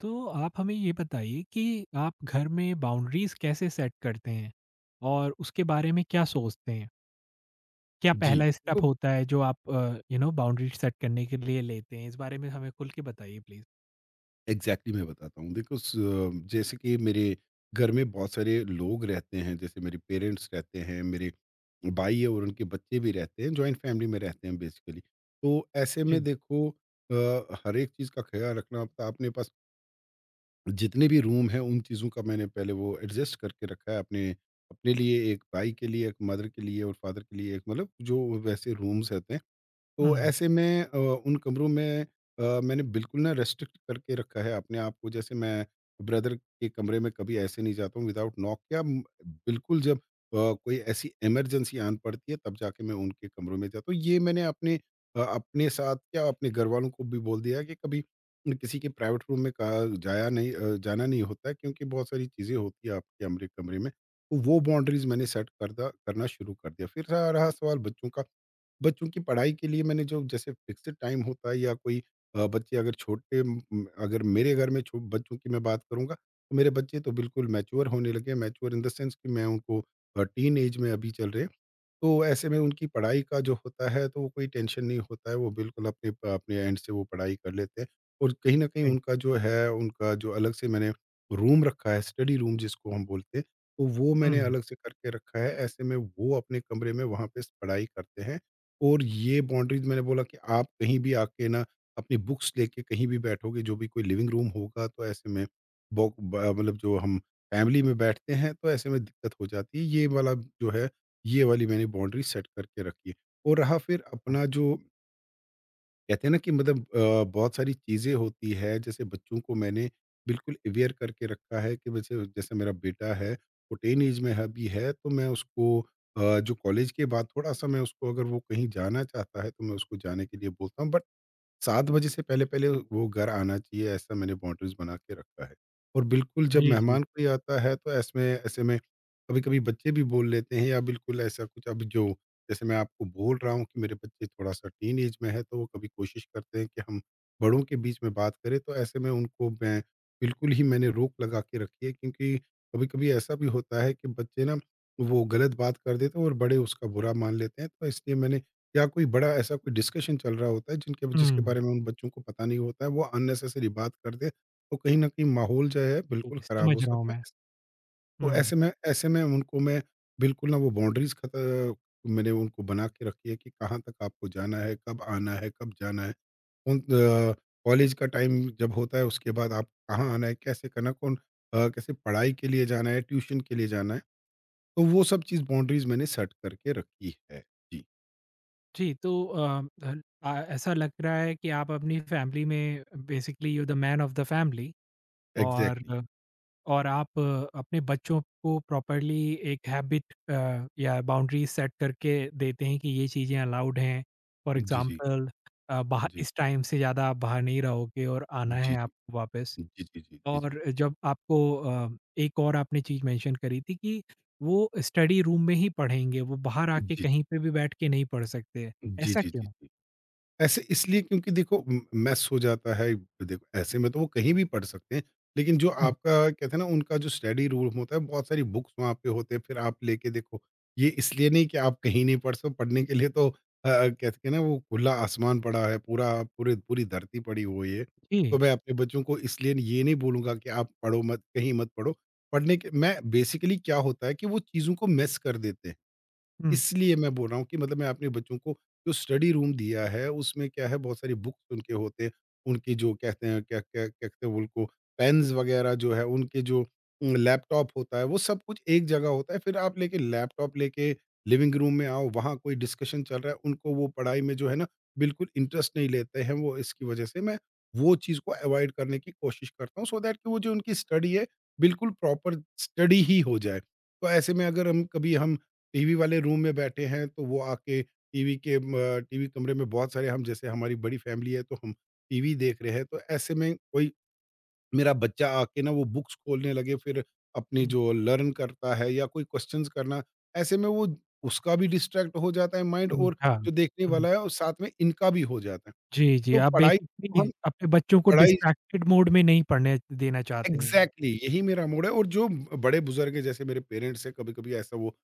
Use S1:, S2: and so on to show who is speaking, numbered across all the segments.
S1: तो आप हमें ये बताइए कि आप घर में बाउंड्रीज कैसे सेट करते हैं और उसके बारे में क्या सोचते हैं? क्या
S2: जी,
S1: पहला स्टेप
S2: देखो
S1: होता है जो आप बाउंड्री सेट करने के लिए लेते हैं? इस बारे में हमें खुल के बताइए प्लीज।
S2: एग्ज़ैक्टली मैं बताता हूँ। देखो स जैसे कि मेरे घर में बहुत सारे लोग रहते हैं, जैसे मेरे पेरेंट्स रहते हैं, मेरे भाई है और उनके बच्चे भी रहते हैं, जॉइंट फैमिली में रहते हैं बेसिकली। तो ऐसे
S1: जी।
S2: में देखो हर एक चीज़ का ख़्याल रखना पड़ता है। अपने पास जितने भी रूम हैं, उन चीज़ों का मैंने पहले वो एडजस्ट करके रखा है अपने अपने लिए, एक भाई के लिए, एक मदर के लिए और फादर के लिए, एक मतलब जो वैसे रूम्स रहते हैं। तो
S1: हुँ,
S2: ऐसे में उन कमरों में मैंने बिल्कुल ना रेस्ट्रिक्ट करके रखा है अपने आप को जैसे मैं ब्रदर के कमरे में कभी ऐसे नहीं जाता हूँ विदाउट नॉक बिल्कुल जब कोई ऐसी इमरजेंसी आन पड़ती है तब जाके मैं उनके कमरों में जाता हूँ। ये मैंने अपने अपने साथ क्या अपने घर वालों को भी बोल दिया है कि कभी किसी के प्राइवेट रूम में कहा जाया नहीं अ, जाना नहीं होता है क्योंकि बहुत सारी चीज़ें होती है आपके कमरे कमरे में। तो वो बाउंड्रीज मैंने सेट कर दा करना शुरू कर दिया। फिर रहा रहा सवाल बच्चों का। बच्चों की पढ़ाई के लिए मैंने जो जैसे फिक्स्ड टाइम होता है या कोई बच्चे अगर अगर मेरे घर में बच्चों की मैं बात करूंगा तो मेरे बच्चे तो बिल्कुल मैच्योर होने लगे, मैच्योर इन द सेंस कि मैं उनको टीन एज में अभी चल रहे हैं। तो ऐसे में उनकी पढ़ाई का जो होता है तो वो कोई टेंशन नहीं होता है, वो बिल्कुल अपने एंड से वो पढ़ाई कर लेते हैं। और कहीं न कहीं
S1: जी।
S2: उनका जो है, उनका जो अलग से मैंने रूम रखा है, स्टडी रूम जिसको हम बोलते हैं, तो वो मैंने
S1: हुँ।
S2: अलग से करके रखा है। ऐसे में वो अपने कमरे में वहाँ पे स पढ़ाई करते हैं। और ये बाउंड्रीज़ मैंने बोला कि आप कहीं भी आके ना अपनी बुक्स लेके कहीं भी बैठोगे, जो भी कोई लिविंग रूम होगा तो ऐसे में बो ब मतलब जो हम फैमिली में बैठते हैं, तो ऐसे में दिक्कत हो जाती है। ये वाला जो है ये वाली मैंने बाउंड्री सेट करके रखी है। और रहा फिर अपना जो कहते हैं ना कि बहुत सारी चीज़ें होती है। जैसे बच्चों को मैंने बिल्कुल अवेयर करके रखा है कि वैसे जैसे मेरा बेटा है, वो टीन ऐज में है अभी है तो मैं उसको जो कॉलेज के बाद थोड़ा-सा मैं उसको अगर वो कहीं जाना चाहता है तो मैं उसको जाने के लिए बोलता हूँ। बट 7 बजे से पहले-पहले वो घर आना चाहिए, ऐसा मैंने बाउंड्रीज़ बना के रखा है। और बिल्कुल जब
S1: जी, जी।
S2: मेहमान कोई आता है, तो ऐसे में कभी-कभी बच्चे भी बोल लेते हैं या बिल्कुल ऐसा कुछ अब जो जैसे मैं आपको बोल रहा हूँ कि मेरे बच्चे थोड़ा-सा टीन एज में है, तो वो कभी कोशिश करते हैं कि हम बड़ों के बीच में बात करें, तो ऐसे में उनको मैं बिल्कुल ही मैंने रोक लगा के रखी है क्योंकि कभी-कभी ऐसा भी होता है कि बच्चे ना, वो गलत बात कर देते हैं और बड़े उसका बुरा मान लेते हैं, तो इसलिए मैंने या कोई बड़ा ऐसा कोई डिस्कशन चल रहा होता है जिनके जिसके
S1: हुँ।
S2: बारे में उन बच्चों को पता नहीं होता है, वो अननेसेसरी बात कर दे, तो कहीं न कहीं माहौल जो है
S1: ठीक
S2: बिल्कुल
S1: है,
S2: ख़राब हो
S1: समझ रहा हूँ
S2: सकता है।
S1: मैं।
S2: तो
S1: हुँ।
S2: ऐसे में उनको मैं बिल्कुल ना वो बाउंड्रीज़ खत मैंने उनको बना के रखी है कि कहाँ तक आपको जाना है, कब आना है, कब जाना है। उन अ, कॉलेज का टाइम जब होता है उसके बाद आप कहाँ आना है, कैसे करना है, कैसे पढ़ाई के लिए जाना है, ट्यूशन के लिए जाना है। तो वो सब चीज़ बाउंड्रीज़ मैंने सेट करके रखी है। जी,
S1: जी, ऐसा लग रहा है कि आप अपनी फैमिली में basically you are the man of the family और
S2: एग्ज़ैक्टली।
S1: और आप अपने बच्चों को प्रॉपर्ली एक हैबिट या बाउंड्री सेट करके देते हैं कि ये चीज़ें अलाउड हैं। For
S2: ji, ji.
S1: एग्ज़ाम्पल बाहर
S2: जी।
S1: इस टाइम से ज़्यादा आप बाहर नहीं रहोगे और आना
S2: जी,
S1: है
S2: जी।
S1: आपको वापस।
S2: जी, जी, जी, जी, जी।
S1: और जब आपको एक और आपने चीज़ मेंशन करी थी कि वो स्टडी रूम में ही पढ़ेंगे, वो बाहर आके
S2: जी,
S1: कहीं पे भी बैठ के नहीं पढ़ सकते।
S2: जी,
S1: ऐसा
S2: जी,
S1: क्यों?
S2: जी, जी। ऐसे इसलिए क्योंकि देखो म मेस हो जाता है। देखो ऐसे में तो वो कहीं भी पढ़ सकते हैं, लेकिन जो
S1: हुँ,
S2: आपका कहते हैं ना उनका जो स्टडी रूम होता है, बहुत सारी बुक्स वहाँ पे होते हैं, फिर आप लेके देखो। ये इसलिए नहीं कि आप कहीं नहीं पढ़ सको, पढ़ने के लिए तो कहते हैं ना वो खुला आसमान पड़ा है, पूरा पूरे पूरी धरती पड़ी हुई है। तो
S1: जी।
S2: मैं अपने बच्चों को इसलिए ये नहीं बोलूँगा कि आप पढ़ो मत, कहीं मत पढ़ो। पढ़ने के मैं बेसिकली क्या होता है कि वो चीज़ों को मिस कर देते हैं।
S1: हुँ,
S2: इसलिए मैं बोल रहा हूँ कि मतलब मैं अपने बच्चों को जो स्टडी रूम दिया है, उसमें क्या है बहुत सारी बुक्स उनके होते हैं, उनकी जो कहते हैं क्या क्या क्या कहते हैं उनको पेन्स वगैरह जो है, लैपटॉप होता है, वो सब कुछ एक जगह होता है। फिर आप लेके लैपटॉप लेके लिविंग रूम में आओ, वहाँ कोई डिस्कशन चल रहा है, उनको वो पढ़ाई में जो है ना बिल्कुल इंटरेस्ट नहीं लेते हैं। वो इसकी वज़ह से मैं वो चीज़ को अवॉइड करने की कोशिश करता हूँ सो दैट कि वो जो उनकी स्टडी है, बिल्कुल प्रॉपर स्टडी ही हो जाए। तो ऐसे में अगर हम कभी हम टीवी वाले रूम में बैठे हैं तो वो आके टीवी कमरे में बहुत सारे हम जैसे हमारी बड़ी फैमिली है तो हम टीवी देख रहे हैं तो ऐसे में कोई मेरा बच्चा आके ना वो बुक्स खोलने लगे, फिर अपनी
S1: हुँ,
S2: जो लर्न करता है या कोई क्वेश्चंस करना, ऐसे में वो उसका भी डिस्ट्रैक्ट हो जाता है माइंड, और
S1: समझा।
S2: जो देखने
S1: हुँ।
S2: वाला है और साथ में इनका भी हो जाता है।
S1: जी, जी,
S2: तो
S1: आप
S2: पढ़ाई
S1: बेसिकली
S2: हम
S1: अपने बच्चों को
S2: पढ़ाई
S1: डिस्ट्रैक्टेड मोड में नहीं पढ़ने देना चाहते हैं।
S2: एग्ज़ैक्टली यही मेरा मूड है। और जो बड़े बुज़ुर्ग हैं जैसे मेरे पेरेंट्स हैं, कभी-कभी ऐसा वो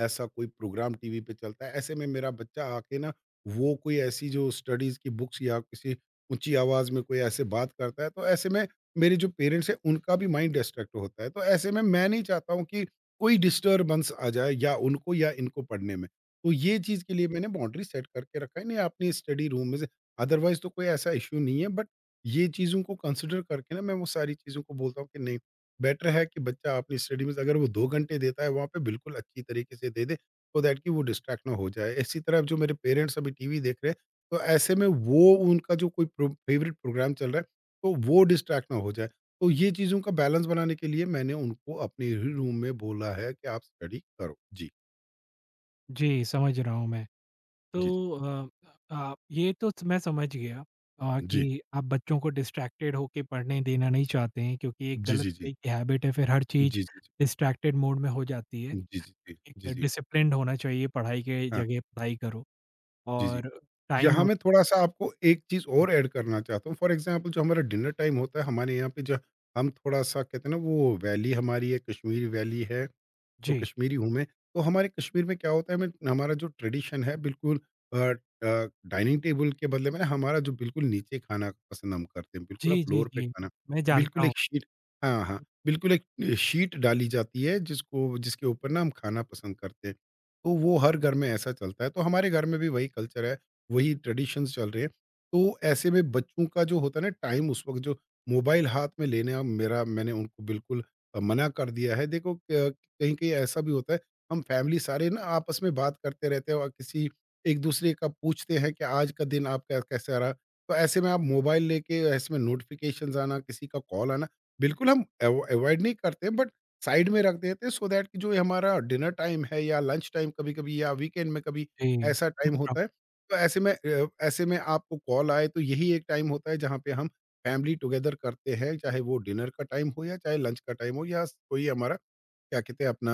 S2: ऐसा कोई प्रोग्राम टीवी पे चलता है, ऐसे में मेरा बच्चा आके ना वो कोई ऐसी जो स्टडीज़ की बुक्स या किसी ऊँची आवाज़ में कोई ऐसे बात करता है, तो ऐसे में मेरे जो पेरेंट्स हैं उनका भी माइंड डिस्ट्रैक्ट होता है। तो ऐसे में मैं नहीं चाहता हूँ कि कोई डिस्टर्बेंस आ जाए या उनको या इनको पढ़ने में। तो ये चीज़ के लिए मैंने बाउंड्री सेट करके रखा है, नहीं अपनी स्टडी रूम में से। अदरवाइज़ तो कोई ऐसा इश्यू नहीं है बट ये चीज़ों को कंसीडर करके ना मैं वो सारी चीज़ों को बोलता हूँ कि नहीं बेटर है कि बच्चा अपनी स्टडी में अगर वो 2 घंटे देता है वहाँ पे बिल्कुल अच्छी तरीके से दे दे सो दैट कि वो डिस्ट्रैक्ट ना हो जाए। इसी तरह जो मेरे पेरेंट्स अभी टीवी देख रहे हैं तो ऐसे में वो उनका जो कोई प्रो फ़ेवरेट प्रोग्राम चल रहा है तो वो डिस्ट्रैक्ट ना हो जाए। तो ये चीज़ों का बैलेंस बनाने के लिए मैंने उनको अपने ही रूम में बोला है कि आप स्टडी करो। जी,
S1: जी, समझ रहा हूँ मैं।
S2: जी, जी।
S1: तो अ, आ ये तो मैं समझ गया
S2: जी।
S1: कि आप बच्चों को डिस्ट्रैक्टेड होके पढ़ने देना नहीं चाहते हैं क्योंकि एक
S2: जी,
S1: गलत
S2: जी, जी।
S1: तरह की हैबिट है, फिर हर चीज़
S2: जी, जी, जी।
S1: डिस्ट्रैक्टेड मोड में हो जाती है।
S2: जी, जी, जी।
S1: एक
S2: जी, जी।
S1: डिसिप्लिन्ड होना चाहिए, पढ़ाई के
S2: हाँ।
S1: जगह पढ़ाई करो
S2: जी, जी।
S1: और टाइम
S2: यहाँ
S1: और
S2: मैं थोड़ा-सा आपको एक चीज़ और ऐड करना चाहता हूँ। फॉर एग्ज़ाम्पल जो हमारा डिनर टाइम होता है, हमारे यहाँ पे जो हम थोड़ा-सा कहते हैं ना वो वैली हमारी है, कश्मीर वैली है, तो
S1: जी।
S2: कश्मीरी हूँ मैं। तो हमारे कश्मीर में क्या होता है हमें हमारा जो ट्रेडिशन है बिल्कुल अ डाइनिंग टेबल के बदले में ना हमारा जो बिल्कुल नीचे खाना पसंद हम करते हैं, बिल्कुल ना
S1: जी, जी,
S2: फ्लोर पे
S1: जी,
S2: खाना।
S1: मैं जानता
S2: बिल्कुल
S1: हूँ।
S2: एक शीट हाँ, हाँ। बिल्कुल एक शीट डाली जाती है जिसको जिसके ऊपर ना हम खाना पसंद करते हैं। तो वो हर घर में ऐसा चलता है, तो हमारे घर में भी वही कल्चर है, वही ट्रेडिशंस चल रहे हैं। तो ऐसे में बच्चों का जो होता है ना टाइम उस वक़्त जो मोबाइल हाथ में लेना मेरा मैंने उनको बिल्कुल मना कर दिया है। देखो क कहीं-कहीं ऐसा भी होता है, हम फैमिली सारे ना आपस में बात करते रहते हैं और किसी एक-दूसरे का पूछते हैं कि आज का दिन आपका कैसा रहा? तो ऐसे में आप मोबाइल लेके ऐसे में नोटिफ़िकेशंस आना, किसी का कॉल आना, बिल्कुल हम एव अवॉइड नहीं करते बट साइड में रख देते हैं सो दैट कि जो ये हमारा डिनर टाइम है या लंच टाइम कभी-कभी या वीकेंड में कभी
S1: जी,
S2: ऐसा
S1: समझ
S2: टाइम
S1: रहा हूँ।
S2: होता है। तो ऐसे में ऐसे में आपको कॉल आए तो यही एक टाइम होता है जहाँ पे हम फैमिली टुगेदर करते हैं, चाहे वो डिनर का टाइम हो या चाहे लंच का टाइम हो या कोई हमारा क्या कहते हैं अपना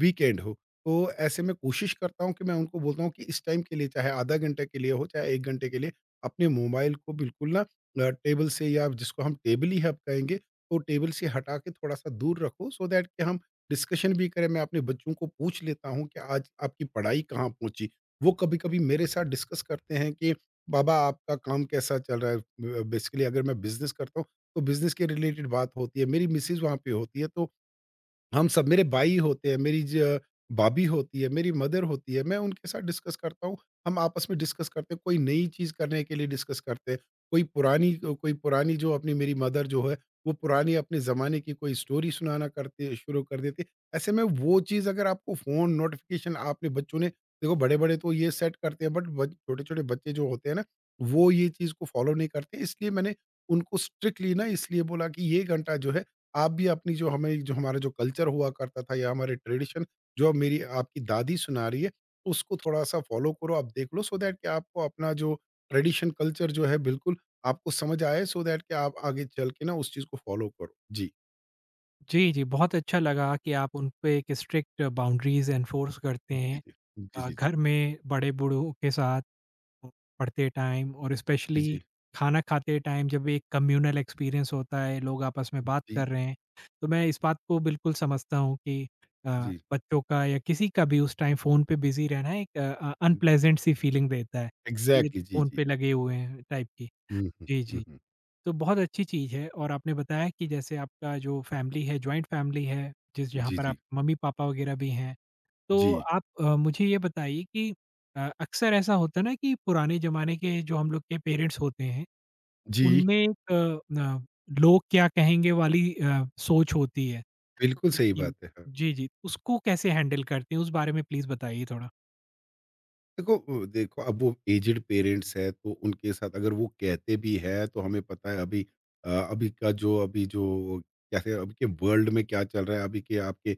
S2: वीकेंड हो। तो ऐसे में कोशिश करता हूँ कि मैं उनको बोलता हूँ कि इस टाइम के लिए चाहे आधा घंटे के लिए हो, चाहे 1 घंटे के लिए अपने मोबाइल को बिल्कुल ना टेबल से या जिसको हम टेबल ही हब कहेंगे, तो टेबल से हटा के थोड़ा-सा दूर रखो सो दैट कि हम डिस्कशन भी करें। मैं अपने बच्चों को पूछ लेता हूँ कि आज आपकी पढ़ाई कहाँ पहुँची? वो कभी-कभी मेरे साथ डिस्कस करते हैं कि बाबा आपका काम कैसा चल रहा है? ब बेसिकली अगर मैं बिज़नेस करता हूँ, तो बिज़नेस के रिलेटेड बात होती है। मेरी मिसेज़ वहाँ पे होती है तो हम सब मेरे भाई होते हैं, मेरी ज भाभी होती है, मेरी मदर होती है, मैं उनके साथ डिस्कस करता हूँ। हम आपस में डिस्कस करते हैं, कोई नई चीज़ करने के लिए डिस्कस करते हैं, कोई पुरानी जो अपनी मेरी मदर जो है, वो पुरानी अपने ज़माने की कोई स्टोरी सुनाना करते शुरू कर देती है। ऐसे में वो चीज़ अगर आपको फ़ोन नोटिफ़िकेशन आपने बच्चों ने देखो बड़े-बड़े तो ये सेट करते हैं, बट बच छोटे-छोटे बच्चे जो होते हैं ना, वो ये चीज़ को फ़ॉलो नहीं करते। इसलिए मैंने उनको स्ट्रिक्टली ना इसलिए बोला कि ये घंटा जो है आप भी अपनी जो हमें जो हमारा जो कल्चर हुआ करता था या हमारे ट्रेडिशन जो अब मेरी आपकी दादी सुना रही है, उसको थोड़ा-सा फ़ॉलो करो, आप देख लो सो दैट कि आपको अपना जो ट्रेडिशन कल्चर जो है बिल्कुल आपको समझ आए सो दैट कि आप आगे चल के ना उस चीज़ को फ़ॉलो करो। जी।
S1: जी, जी, बहुत अच्छा लगा कि आप उन पे एक स्ट्रिक्ट बाउंड्रीज़ एनफ़ोर्स करते
S2: जी,
S1: हैं
S2: जी। जी, जी, जी।
S1: घर में बड़े-बूढ़ों के साथ पढ़ते टाइम और
S2: जी,
S1: स्पेशली
S2: जी।
S1: खाना खाते टाइम जब एक कम्युनल एक्सपीरियंस होता है, लोग आपस में बात कर
S2: जी,
S1: रहे हैं, तो मैं इस बात को बिल्कुल समझता हूँ कि
S2: जी।
S1: बच्चों का या किसी का भी उस टाइम फ़ोन पे बिज़ी रहना एक अनप्लेज़ेंट सी फीलिंग देता है, कि ये
S2: एग्ज़ैक्टली
S1: तो
S2: जी,
S1: फ़ोन
S2: जी।
S1: पे लगे हुए हैं टाइप की।
S2: हुँ, हुँ।
S1: जी,
S2: हुँ,
S1: जी।
S2: हुँ।
S1: तो बहुत अच्छी चीज़ है और आपने बताया कि जैसे आपका जो फैमिली है जॉइंट फैमिली है जिस जहाँ
S2: जी,
S1: पर आप
S2: जी।
S1: मम्मी पापा वगैरह भी हैं तो
S2: जी।
S1: आप मुझे ये बताइए कि अक्सर ऐसा होता है ना कि पुराने ज़माने के जो हम लोग के पेरेंट्स होते हैं
S2: जी,
S1: उनमें एक लोग क्या कहेंगे वाली सोच होती है
S2: बिल्कुल सही
S1: कि
S2: बात है। हाँ।
S1: जी, जी उसको कैसे हैंडल करते हैं उस बारे में प्लीज़ बताइए थोड़ा?
S2: देखो देखो अब वो एजड पेरेंट्स है तो उनके साथ अगर वो कहते भी है तो हमें पता है अभी अभी का जो अभी जो कैसे अभी के वर्ल्ड में क्या चल रहा है अभी के आपके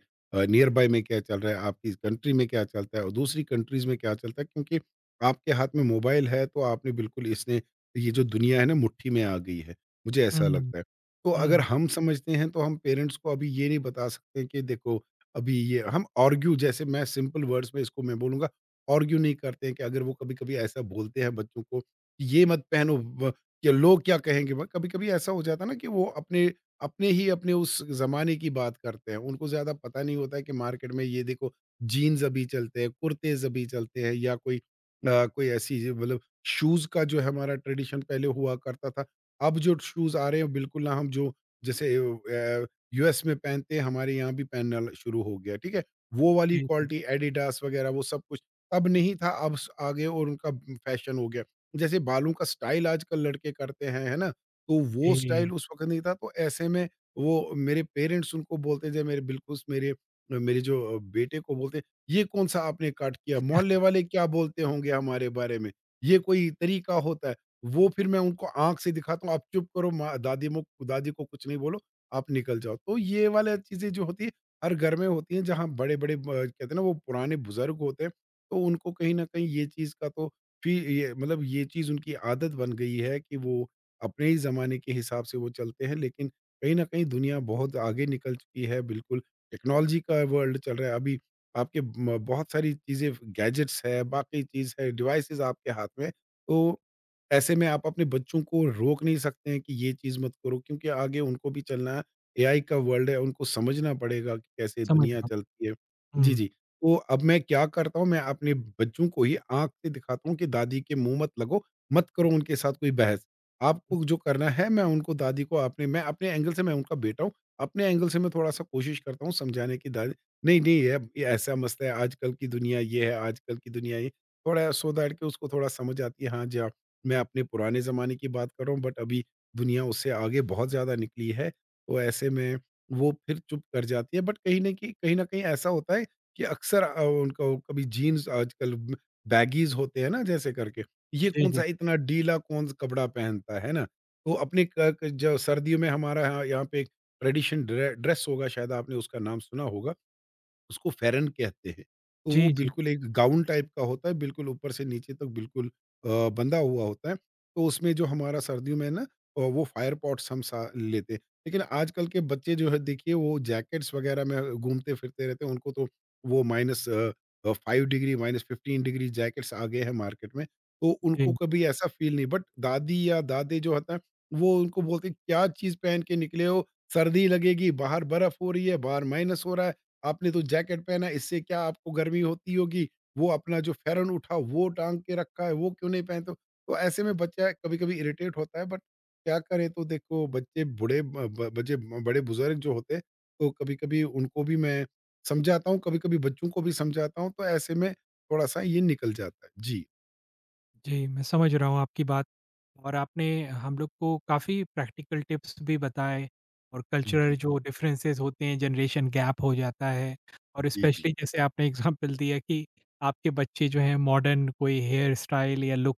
S2: नियर बाय में क्या चल रहा है आपकी कंट्री में क्या चलता है और दूसरी कंट्रीज में क्या चलता है क्योंकि आपके हाथ में मोबाइल है तो आपने बिल्कुल इसने ये जो दुनिया है ना मुट्ठी में आ गई है मुझे ऐसा
S1: हुँ,
S2: लगता है तो अगर
S1: हुँ।
S2: हम समझते हैं तो हम पेरेंट्स को अभी ये नहीं बता सकते कि देखो अभी ये हम आर्ग्यू जैसे मैं सिंपल वर्ड्स में इसको मैं बोलूंगा आर्ग्यू नहीं करते हैं कि अगर वो कभी-कभी ऐसा बोलते हैं बच्चों को, कि ये मत पहनो ब कि लोग क्या कहेंगे? ब कभी-कभी ऐसा हो जाता है ना कि वो अपने अपने ही अपने उस ज़माने की बात करते हैं। उनको ज़्यादा पता नहीं होता है कि मार्केट में ये देखो जीन्स अभी चलते हैं, कुर्तेज़ अभी चलते हैं या कोई कोई ऐसी ज मतलब शूज़ का जो है हमारा ट्रेडिशन पहले हुआ करता था। अब जो शूज़ आ रहे हैं बिल्कुल ना हम जो जैसे यूएस में पहनते हैं, हमारे यहाँ भी पहनना ल शुरू हो गया, ठीक है? वो वाली
S1: जी,
S2: क्वालिटी एडिडास वगैरह वो सब कुछ तब नहीं था, अब स आ गए और उनका फैशन हो गया। जैसे बालों का स्टाइल आजकल लड़के करते हैं, है ना? तो वो
S1: जी, जी
S2: स्टाइल उस वक़्त नहीं था, तो ऐसे में वो मेरे पेरेंट्स उनको बोलते थे मेरे बिल्कुल मेरे मेरे बेटे को बोलते, "ये कौन-सा आपने कट किया? मोहल्ले वाले क्या बोलते होंगे हमारे बारे में? ये कोई तरीका होता है।" वो फिर मैं उनको आँख से दिखाता हूँ, "आप चुप करो माँ दादी मो दादी को कुछ नहीं बोलो, आप निकल जाओ।" तो ये वाला चीज़ें जो होती है, हर घर में होती हैं जहाँ बड़े-बड़े ब कहते हैं ना वो पुराने बुज़ुर्ग होते हैं तो उनको कहीं न कहीं ये चीज़ का तो फिर ये मतलब ये चीज़ उनकी आदत बन गई है कि वो अपने ही ज़माने के हिसाब से वो चलते हैं, लेकिन कहीं न कहीं दुनिया बहुत आगे निकल चुकी है, बिल्कुल टेक्नोलॉजी का वर्ल्ड चल रहा है। अभी आपके म बहुत सारी चीज़ें गैजेट्स है, बाकी चीज़ है, डिवाइसेज़ आपके हाथ में, तो ऐसे में आप अपने बच्चों को रोक नहीं सकते हैं कि ये चीज़ मत करो क्योंकि आगे उनको भी चलना है, एआई का वर्ल्ड है, उनको समझना पड़ेगा कि कैसे
S1: समझ
S2: दुनिया
S1: रहा
S2: चलती है।
S1: हूँ।
S2: जी,
S1: हुँ,
S2: जी। तो अब मैं क्या करता हूँ, मैं अपने बच्चों को ही आँख से दिखाता हूँ कि दादी के मुँह मत लगो, मत करो उनके साथ कोई बहस।
S1: हुँ।
S2: आपको जो करना है मैं उनको दादी को अपने मैं अपने एंगल से मैं उनका बेटा हूँ, अपने एंगल से मैं थोड़ा-सा कोशिश करता हूँ समझाने की दादी नहीं, नहीं ये ये ऐसा मसला है, आजकल की दुनिया ये है, आजकल की दुनिया ये। थोड़ा सो दैट कि उसको थोड़ा समझ आती है, हाँ जी, हाँ। मैं अपने पुराने ज़माने की बात कर रहा हूँ बट अभी दुनिया उससे आगे बहुत ज़्यादा निकली है, तो ऐसे में वो फिर चुप कर जाती है बट कहीं न कहीं ऐसा होता है कि उनको कभी जीन्स आजकल ब बैगीज़ होते हैं ना जैसे करके, ये
S1: जी, जी।
S2: कौन-सा इतना ढीला कौन-सा कपड़ा पहनता है ना? तो अपने क क जो सर्दियों में हमारा यहाँ यहाँ पे एक ट्रेडिशन ड्रेस होगा शायद आपने उसका नाम सुना होगा। उसको फेरन कहते हैं। तो वो
S1: जी, जी,
S2: बिल्कुल एक गाउन टाइप का होता है, बिल्कुल ऊपर से नीचे तक बिल्कुल बंधा हुआ होता है। तो उसमें जो हमारा सर्दियों में वो फायर पॉट्स हम सा लेते हैं। लेकिन आजकल के बच्चे जो है देखिए वो जैकेट्स वगैरह में घूमते-फिरते रहते हैं, उनको तो वो 5 डिग्री, माइनस 15 डिग्री जैकेट्स आ गए हैं मार्केट में। तो उनको
S1: जी।
S2: कभी ऐसा फ़ील नहीं बट दादी या दादे जो होता है, वो उनको बोलते हैं, "क्या चीज़ पहन के निकले हो? सर्दी लगेगी, बाहर बर्फ हो रही है, बाहर माइनस हो रहा है।" आपने तो जैकेट पहना इससे क्या आपको गर्मी होती होगी, वो अपना जो फ़ेरन उठा वो टाँग के रखा है, वो क्यों नहीं पहनते हो? तो ऐसे में बच्चा कभी-कभी इरिटेट होता है बट क्या करें तो देखो बच्चे बूढ़े ब ब बच्चे बड़े-बुज़ुर्ग जो होते हैं, तो कभी-कभी उनको भी मैं समझाता हूँ, कभी-कभी बच्चों को भी समझाता हूँ, तो ऐसे में थोड़ा-सा ये निकल जाता है। जी,
S1: जी, मैं समझ रहा हूँ आपकी बात और आपने हम लोग को काफ़ी प्रैक्टिकल टिप्स भी बताए और कल्चरल
S2: जी,
S1: जो डिफरेंसेस होते हैं, जनरेशन गैप हो जाता है और
S2: जी, जी,
S1: स्पेशली जैसे आपने एग्ज़ाम्पल दिया कि आपके बच्चे जो हैं मॉडर्न कोई हेयर स्टाइल या लुक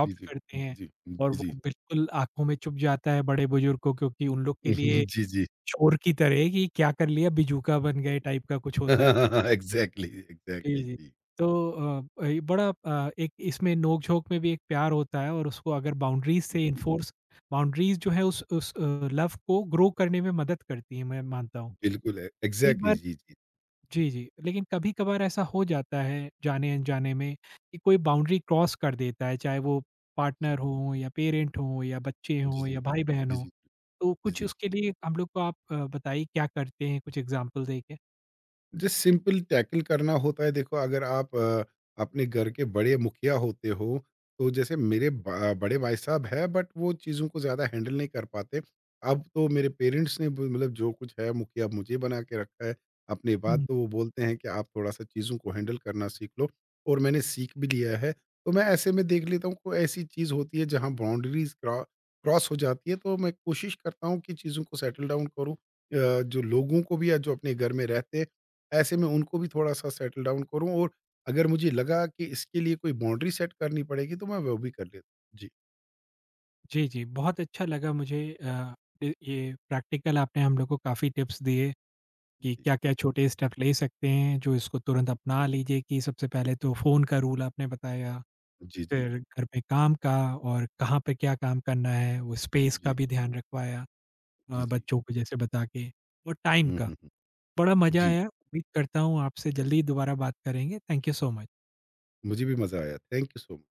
S2: जी, जी,
S1: करते
S2: जी,
S1: हैं
S2: जी,
S1: और
S2: जी,
S1: वो
S2: जी।
S1: बिल्कुल आँखों में चुभ जाता है बड़े बुज़ुर्ग को क्योंकि उन लोग के लिए
S2: जी, जी।
S1: चोर की तरह कि क्या कर लिया बिजूका बन गए टाइप का कुछ होता है।
S2: एग्ज़ैक्टली,
S1: जी,
S2: एग्ज़ैक्टली
S1: जी।
S2: जी।
S1: तो ये बड़ा एक इसमें नोक-झोंक में भी एक प्यार होता है और उसको अगर बाउंड्रीज़ से इन्फोर्स बाउंड्रीज़ जो है उस लव को ग्रो करने में मदद करती है, मैं मानता हूँ।
S2: बिल्कुल,
S1: कई
S2: एग्ज़ैक्टली
S1: बार
S2: जी, जी।
S1: जी, जी। लेकिन कभी-कभार ऐसा हो जाता है जाने-अनजाने में कि कोई बाउंड्री क्रॉस कर देता है, चाहे वो पार्टनर हो या पेरेंट हो या बच्चे
S2: जी,
S1: हों
S2: जी।
S1: या भाई-बहन
S2: जी,
S1: हों।
S2: जी। जी,
S1: तो कुछ
S2: जी।
S1: उसके लिए हम लोग को आप बताइए क्या करते हैं? कुछ एग्ज़ाम्पल देके।
S2: जस्ट सिंपल टैकल करना होता है देखो अगर आप अपने घर के बड़े मुखिया होते हो तो जैसे मेरे बड़े भाई साहब है बट वो चीज़ों को ज़्यादा हैंडल नहीं कर पाते अब तो मेरे पेरेंट्स ने भी- मतलब जो कुछ है मुखिया मुझे बना के रखा है अपने बाद तो वो बोलते हैं कि आप थोड़ा सा चीज़ों को हैंडल करना सीख लो और मैंने सीख भी लिया है तो मैं ऐसे में देख लेता हूँ कोई ऐसी चीज़ होती है जहाँ बाउंड्रीज क्रॉस हो जाती है तो मैं कोशिश करता हूँ कि चीज़ों को सेटल डाउन करूँ जो लोगों को भी या जो अपने घर में रहते हैं ऐसे में उनको भी थोड़ा-सा सेटल डाउन करूँ और अगर मुझे लगा कि इसके लिए कोई बाउंड्री सेट करनी पड़ेगी, तो मैं वो भी कर लेता हूँ। जी,
S1: जी, जी, बहुत अच्छा लगा मुझे अ, इ ये प्रैक्टिकल आपने हम लोग को काफ़ी टिप्स दिए
S2: जी,
S1: कि
S2: जी,
S1: क्या-क्या छोटे स्टेप ले सकते हैं, जो इसको तुरंत
S2: जी,
S1: अपना लीजिए कि सबसे पहले तो फ़ोन का रूल आपने बताया,
S2: जी,
S1: फिर घर पे काम का और कहाँ पे क्या काम करना है, वो स्पेस का
S2: जी,
S1: भी ध्यान रखवाया
S2: जी, जी।
S1: बच्चों को जैसे बता के और टाइम
S2: हुँ,
S1: का।
S2: हुँ, हुँ।
S1: बड़ा मज़ा
S2: जी,
S1: आया, उम्मीद करता हूँ आपसे जल्दी दोबारा बात करेंगे। Thank you so much.
S2: मुझे भी मज़ा आया। Thank you so much.